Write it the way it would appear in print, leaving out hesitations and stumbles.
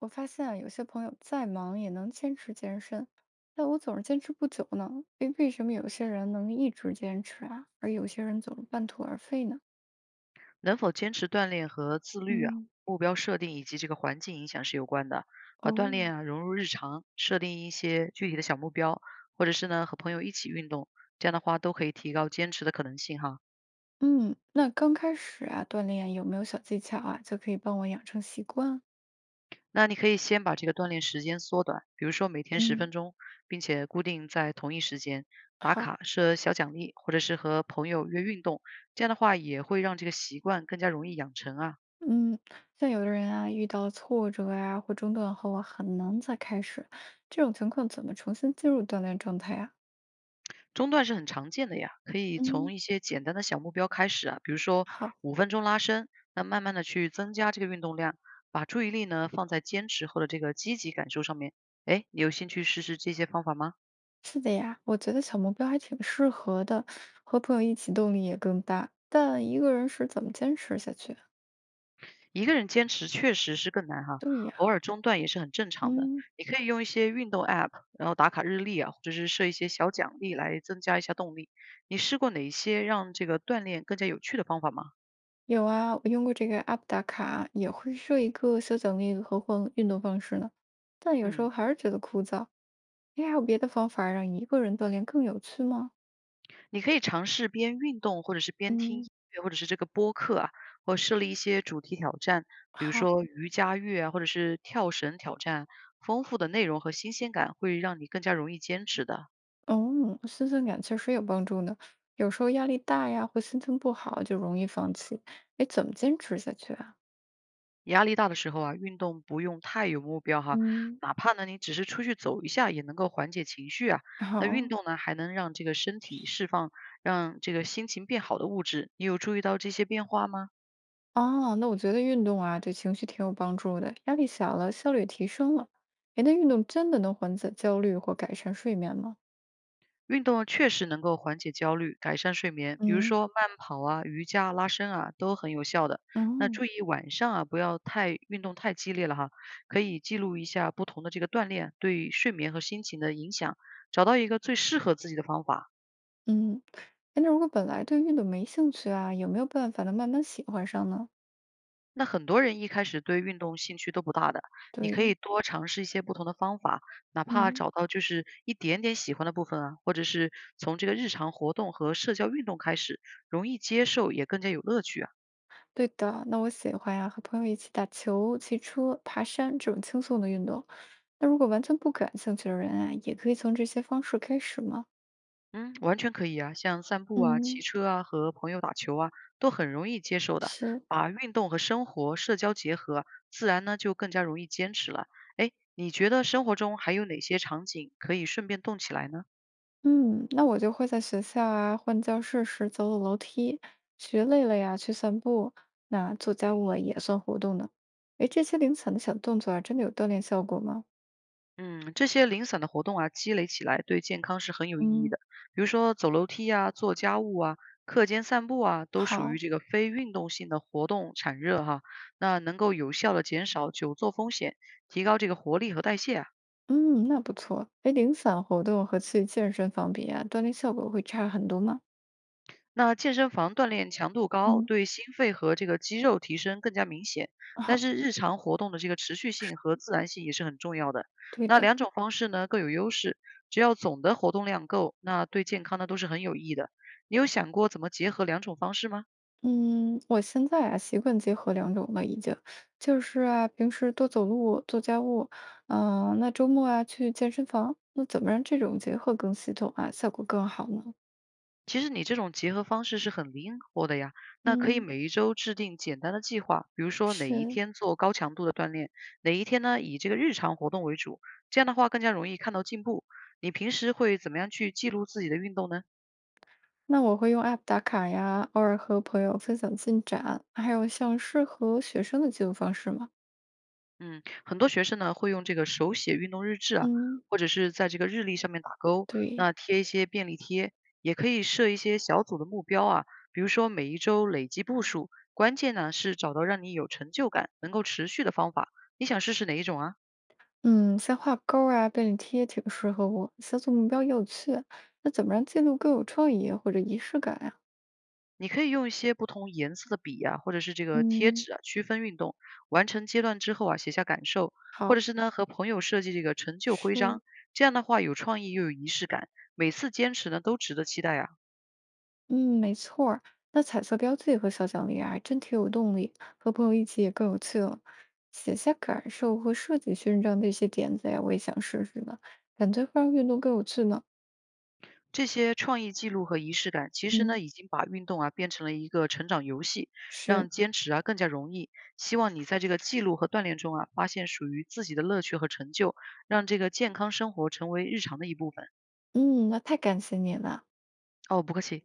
我发现啊，有些朋友再忙也能坚持健身，但我总是坚持不久呢。诶，为什么有些人能一直坚持啊，而有些人总是半途而废呢？能否坚持锻炼和自律啊，嗯，目标设定以及这个环境影响是有关的。把锻哦，炼啊融入日常，设定一些具体的小目标，或者是呢和朋友一起运动，这样的话都可以提高坚持的可能性哈。嗯，那刚开始啊，锻炼有没有小技巧啊，就可以帮我养成习惯？那你可以先把这个锻炼时间缩短，比如说每天十嗯，分钟，并且固定在同一时间打好，卡设小奖励，或者是和朋友约运动，这样的话也会让这个习惯更加容易养成啊。嗯，像有的人啊，遇到挫折呀、或中断后啊，很难再开始，这种情况怎么重新进入锻炼状态啊？中断是很常见的呀，可以嗯。从一些简单的小目标开始啊，比如说好，5分钟拉伸，那慢慢的去增加这个运动量，把注意力呢放在坚持后的这个积极感受上面。哎，你有兴趣试试这些方法吗？是的呀，我觉得小目标还挺适合的，和朋友一起动力也更大。但一个人时怎么坚持下去啊？一个人坚持确实是更难哈，对偶呀，尔中断也是很正常的。嗯，你可以用一些运动 App，然后打卡日历啊，或者是设一些小奖励来增加一下动力。你试过哪一些让这个锻炼更加有趣的方法吗？有啊，我用过这个 app 打卡，也会设一个小奖励和换运动方式呢。但有时候嗯。还是觉得枯燥。哎，还有别的方法让一个人锻炼更有趣吗？你可以尝试边运动，或者是边听嗯，音乐，或者是这个播客啊，或设立一些主题挑战，比如好，说瑜伽乐啊，或者是跳绳挑战。丰富的内容和新鲜感会让你更加容易坚持的。嗯，新鲜感确实有帮助呢。有时候压力大呀，或心情不好，就容易放弃。哎，怎么坚持下去啊？压力大的时候啊，运动不用太有目标哈，嗯，哪怕呢你只是出去走一下，也能够缓解情绪啊。那运好。动呢，还能让这个身体释放，让这个心情变好的物质。你有注意到这些变化吗？哦，那我觉得运动啊，对情绪挺有帮助的，压力小了，效率也提升了。诶，那运动真的能缓解焦虑或改善睡眠吗？运动确实能够缓解焦虑、改善睡眠，比如嗯，说慢跑啊、瑜伽、拉伸啊，都很有效的。那哦，注意晚上啊，不要太运动太激烈了哈，可以记录一下不同的这个锻炼对睡眠和心情的影响，找到一个最适合自己的方法。嗯，诶，那如果本来对运动没兴趣啊，有没有办法能慢慢喜欢上呢？那很多人一开始对运动兴趣都不大的，你可对，以多尝试一些不同的方法，哪怕嗯，找到就是一点点喜欢的部分啊，或者是从这个日常活动和社交运动开始，容易接受也更加有乐趣啊。对的。那我喜欢呀，和朋友一起打球、骑车、爬山这种轻松的运动。那如果完全不感兴趣的人啊，也可以从这些方式开始吗？嗯，完全可以啊，像散步啊、骑嗯，车啊、和朋友打球啊，都很容易接受的。是。把运动和生活、社交结合，自然呢就更加容易坚持了。哎，你觉得生活中还有哪些场景可以顺便动起来呢？嗯，那我就会在学校啊，换教室时走走楼梯，学累了呀，去散步。那做家务啊，也算活动呢。诶，这些零散的小动作啊，真的有锻炼效果吗？嗯，这些零散的活动啊，积累起来对健康是很有意义嗯，的。比如说走楼梯啊、做家务啊、课间散步啊，都属好，于这个非运动性的活动产热哈。那能够有效的减少久坐风险，提高这个活力和代谢啊。嗯，那不错。诶，零散活动和去健身房比啊，锻炼效果会差很多吗？那健身房锻炼强度高，嗯，对心肺和这个肌肉提升更加明显，但好，是日常活动的这个持续性和自然性也是很重要的。对那的。两种方式呢各有优势，只要总的活动量够，那对健康呢都是很有益的。你有想过怎么结合两种方式吗？嗯，我现在啊，习惯结合两种了，已经，就是啊，平时多走路、做家务，嗯、那周末啊去健身房，那怎么让这种结合更系统啊，效果更好呢？其实你这种结合方式是很灵活的呀，那可以嗯，每一周制定简单的计划，比如说哪一是，天做高强度的锻炼，哪一天呢以这个日常活动为主，这样的话更加容易看到进步。你平时会怎么样去记录自己的运动呢？那我会用 App 打卡呀，偶尔和朋友分享进展，还有像适合学生的记录方式嘛。嗯，很多学生呢会用这个手写运动日志啊，嗯，或者是在这个日历上面打勾，那对，贴一些便利贴，也可以设一些小组的目标啊，比如说每一周累积步数。关键呢是找到让你有成就感、能够持续的方法。你想试试哪一种啊？嗯，像画勾儿啊、便利贴挺适合我，小组目标也有趣。那怎么让记录更有创意或者仪式感呀？你可以用一些不同颜色的笔啊，或者是这个贴嗯。纸啊，区分运动。完成阶段之后啊，写下感受，或者好，是呢和朋友设计这个成就徽是，章。这样的话有创意又有仪式感，每次坚持呢都值得期待啊。嗯，没错儿。那彩色标记和小奖励啊，还真挺有动力，和朋友一起也更有趣了。写下感受和设计勋章的一些点子呀，我也想试试呢，感觉会让运动更有趣呢。这些创意记录和仪式感，其实呢，嗯，已经把运动啊变成了一个成长游戏，是，让坚持啊更加容易。希望你在这个记录和锻炼中啊，发现属于自己的乐趣和成就，让这个健康生活成为日常的一部分。嗯，那太感谢你了。哦，不客气。